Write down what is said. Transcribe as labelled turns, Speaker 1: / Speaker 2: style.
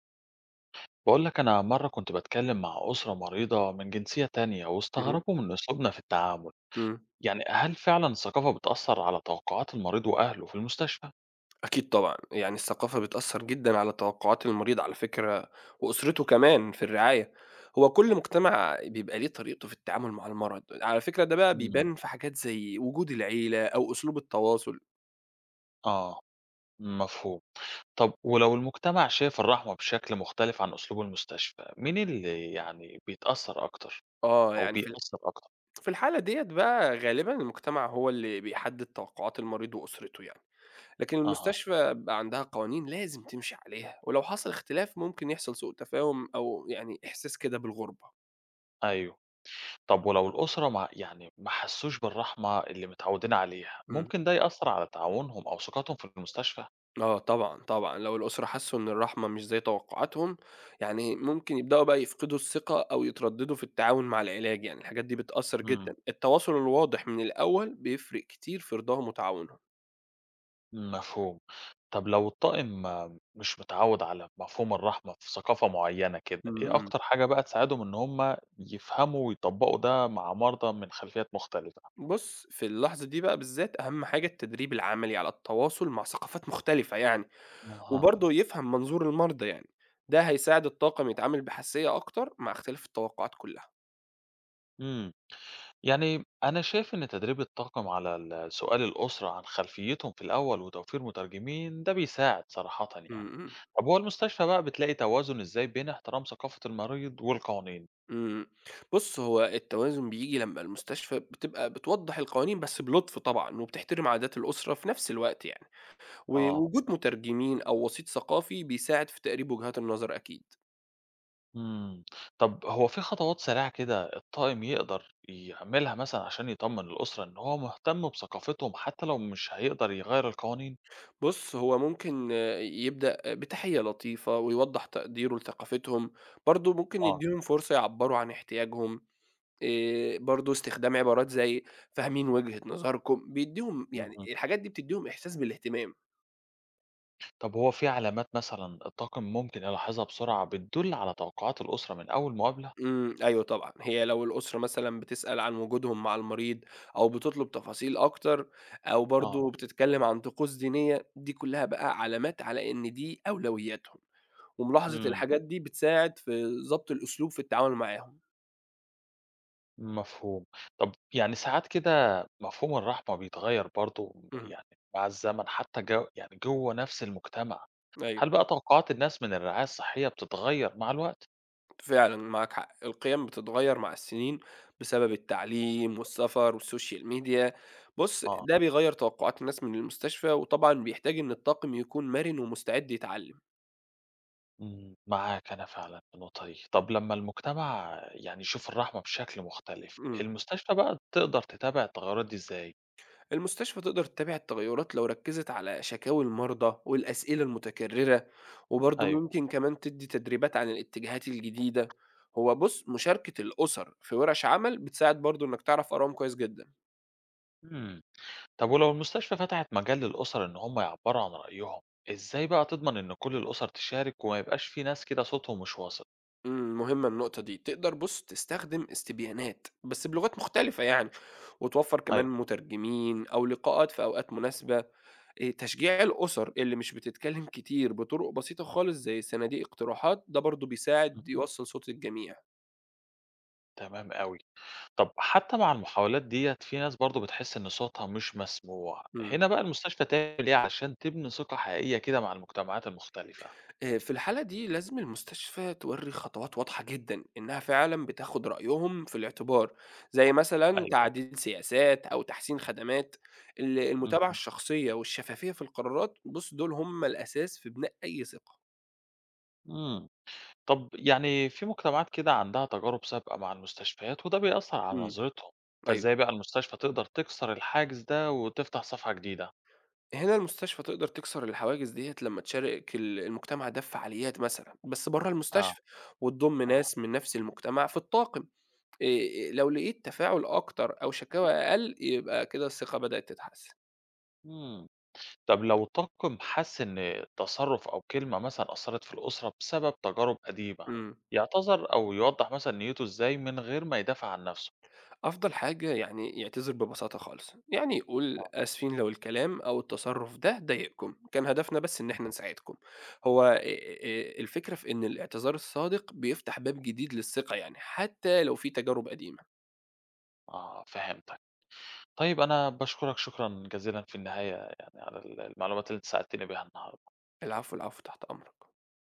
Speaker 1: بقول لك أنا مرة كنت بتكلم مع أسرة مريضة من جنسية تانية
Speaker 2: اهم،
Speaker 1: واستغربوا من أسلوبنا في التعامل،
Speaker 2: إمم،
Speaker 1: يعني هل فعلا الثقافة بتأثر على توقعات المريض وأهله في المستشفى؟
Speaker 2: أكيد طبعًا، يعني الثقافة بتأثّر جدًا على توقعات المريض على فكرة وأسرته كمان في الرعاية، هو كل مجتمع بيبقى ليه طريقته في التعامل مع المرض، على فكرة ده بقى
Speaker 1: مم.
Speaker 2: بيبان في حاجات زي وجود العيلة أو أسلوب التواصل،
Speaker 1: آه، مفهوم. طب ولو المجتمع شاف الرحمة بشكل مختلف عن أسلوب المستشفى، مين اللي يعني بيتأثر أكتر
Speaker 2: آه،
Speaker 1: أو
Speaker 2: يعني
Speaker 1: بيأثر أكتر؟
Speaker 2: في الحالة ديّة بقى غالبًا المجتمع هو اللي بيحدد توقعات المريض وأسرته يعني، لكن
Speaker 1: أها،
Speaker 2: المستشفى بيبقى عندها قوانين لازم تمشي عليها، ولو حصل اختلاف ممكن يحصل سوء تفاهم أو يعني إحساس كده بالغربة.
Speaker 1: أيوه. طب ولو الأسرة ما يعني ما حسوش بالرحمة اللي متعودين عليها،
Speaker 2: إمم.
Speaker 1: ممكن ده يأثر على تعاونهم أو ثقتهم في المستشفى؟
Speaker 2: آه طبعًا، طبعًا، لو الأسرة حسّوا إن الرحمة مش زي توقعاتهم، يعني ممكن يبدأوا بقى يفقدوا الثقة أو يترددوا في التعاون مع العلاج، يعني الحاجات دي بتأثّر
Speaker 1: مم.
Speaker 2: جدًا. التواصل الواضح من الأول بيفرق كتير في رضاهم وتعاونهم.
Speaker 1: مفهوم. طب لو الطاقم مش متعوّد على مفهوم الرحمة في ثقافة معيّنة
Speaker 2: إمم،
Speaker 1: كده، إيه
Speaker 2: إمم.
Speaker 1: أكتر حاجة بقى تساعدهم إن هم يفهموا ويطبّقوا ده مع مرضى من خلفيات مختلفة؟
Speaker 2: بُص، في اللحظة دي بقى بالذات أهم حاجة التدريب العملي على التواصل مع ثقافات مختلفة يعني،
Speaker 1: أها.
Speaker 2: وبرضه يفهم منظور المرضى يعني، ده هيساعد الطاقم يتعامل بحساسية أكتر مع اختلاف التوقعات كلّها.
Speaker 1: إمم. يعني أنا شايف إن تدريب الطاقم على ال سؤال الأسرة عن خلفيتهم في الأول وتوفير مترجمين ده بيساعد صراحةً
Speaker 2: إمم،
Speaker 1: يعني.
Speaker 2: إمم.
Speaker 1: طب هو المستشفى بقى بتلاقي توازن إزاي بين احترام ثقافة المريض والقوانين؟
Speaker 2: إمم. بُص، هو التوازن بييجي لمّا المستشفى بتبقى بتوضّح القوانين بس بلُطف طبعًا، وبتحترم عادات الأسرة في نفس الوقت يعني،
Speaker 1: آه.
Speaker 2: ووجود مترجمين أو وسيط ثقافي بيساعد في تقريب وجهات النظر أكيد.
Speaker 1: إمم. طب هو في خطوات سريعة كده الطاقم يقدر يعملها مثلًا عشان يطمّن الأسرة إن هو مهتم بثقافتهم حتى لو مش هيقدر يغيّر القوانين؟
Speaker 2: بُص، هو ممكن آه، يبدأ بتحية لطيفة ويوضّح تقديره لثقافتهم، برضه ممكن
Speaker 1: آه.
Speaker 2: يدّيهم فرصة يعبّروا عن احتياجهم، برضه استخدام عبارات زي فاهمين وجهة نظركم، بيدّيهم يعني
Speaker 1: اهم.
Speaker 2: الحاجات دي بتدّيهم إحساس بالاهتمام.
Speaker 1: طب هو في علامات مثلًا الطاقم ممكن يلاحظها بسرعة بتدُل على توقعات الأسرة من أول مقابلة؟
Speaker 2: أيوه طبعًا، هي لو الأسرة مثلًا بتسأل عن وجودهم مع المريض أو بتطلب تفاصيل أكتر أو
Speaker 1: آه.
Speaker 2: برضه بتتكلم عن طقوس دينية، دي كلها بقى علامات على إن دي أولوياتهم، وملاحظة
Speaker 1: إمم.
Speaker 2: الحاجات دي بتساعد في ضبط الأسلوب في التعامل معاهم.
Speaker 1: مفهوم. طب يعني ساعات كده مفهوم الرحمة بيتغيّر برضه
Speaker 2: اهم،
Speaker 1: يعني مع الزمن حتى جو يعني جوّه نفس المجتمع.
Speaker 2: أيوه،
Speaker 1: هل بقى توقعات الناس من الرعاية الصحية بتتغيّر مع الوقت؟
Speaker 2: فعلًا معاك حق، القيم بتتغير مع السنين بسبب التعليم والسفر والسوشيال ميديا. بُص،
Speaker 1: آه.
Speaker 2: ده بيغير توقعات الناس من المستشفى، وطبعًا بيحتاج إن الطاقم يكون مرن ومستعد يتعلم.
Speaker 1: إمم، معاك أنا فعلًا في النقطة دي. طب لمّا المجتمع يعني يشوف الرحمة بشكل مختلف،
Speaker 2: إمم.
Speaker 1: المستشفى بقى تقدر تتابع التغيرات دي إزاي؟
Speaker 2: المستشفى تقدر تتابع التغيرات لو ركزت على شكاوي المرضى والأسئلة المتكررة وبرضه
Speaker 1: أيوه.
Speaker 2: ممكن كمان تدي تدريبات عن الاتجاهات الجديدة هو بص مشاركة الأسر في ورش عمل بتساعد برضه إنك تعرف آرائهم كويس جدا
Speaker 1: إمم. طب ولو المستشفى فتحت مجال للأسر إن هم يعبّروا عن رأيهم، إزاي بقى تضمن إن كل الأسر تشارك وما يبقاش في ناس كده صوتهم مش واصل؟
Speaker 2: مهمة النقطة دي تقدر بص تستخدم استبيانات بس بلغات مختلفة يعني وتوفر كمان
Speaker 1: أيوه.
Speaker 2: مترجمين أو لقاءات في أوقات مناسبة إيه، تشجيع الأسر اللي مش بتتكلم كتير بطرق بسيطة خالص زي صناديق اقتراحات ده برضه بيساعد
Speaker 1: اهم.
Speaker 2: يوصل صوت الجميع
Speaker 1: تمام أوي. طب حتى مع المحاولات ديّة في ناس برضه بتحس إن صوتها مش مسموع،
Speaker 2: إمم.
Speaker 1: هنا بقى المستشفى تعمل إيه عشان تبني ثقة حقيقية كده مع المجتمعات المختلفة؟
Speaker 2: في الحالة دي لازم المستشفى تورّي خطوات واضحة جدًا إنها فعلًا بتاخُد رأيهم في الاعتبار، زي مثلًا
Speaker 1: أيوه.
Speaker 2: تعديل سياسات أو تحسين خدمات. المتابعة
Speaker 1: اهم.
Speaker 2: الشخصية والشفافية في القرارات، بُص دول هم الأساس في بناء أي ثقة.
Speaker 1: إمم. طب يعني في مجتمعات كده عندها تجارب سابقة مع المستشفيات وده بيأثر على
Speaker 2: إمم،
Speaker 1: نظرتهم،
Speaker 2: أيوه.
Speaker 1: فازاي بقى المستشفى تقدر تكسر الحاجز ده وتفتح صفحة جديدة؟
Speaker 2: هنا المستشفى تقدر تكسر الحواجز ديّة لمّا تشارك المجتمع ده في فعاليات مثلًا، بس برّه
Speaker 1: اه.
Speaker 2: المستشفى، وتضم
Speaker 1: اه.
Speaker 2: ناس من نفس المجتمع في الطاقم. لو لقيت تفاعل أكتر أو شكاوى أقل، يبقى كده الثقة بدأت تتحسن.
Speaker 1: مم. طب لو الطاقم حس ان تصرف او كلمة مثلا أثرت في الأسرة بسبب تجارب قديمة،
Speaker 2: إمم.
Speaker 1: يعتذر او يوضح مثلا نيته ازاي من غير ما يدافع عن نفسه؟
Speaker 2: أفضل حاجة يعني يعتذر ببساطة خالص، يعني يقول
Speaker 1: اه.
Speaker 2: آسفين لو الكلام أو التصرف ده ضايقكم، كان هدفنا بس إن إحنا نساعدكم. هو الفكرة في إن الاعتذار الصادق بيفتح باب جديد للثقة يعني، حتى لو في تجارب قديمة.
Speaker 1: آه، فهمتك. طيب انا بشكرك شكرا جزيلا في النهاية، يعني على المعلومات اللي انت ساعدتني بيها النهاردة.
Speaker 2: العفو، العفو، تحت أمرك.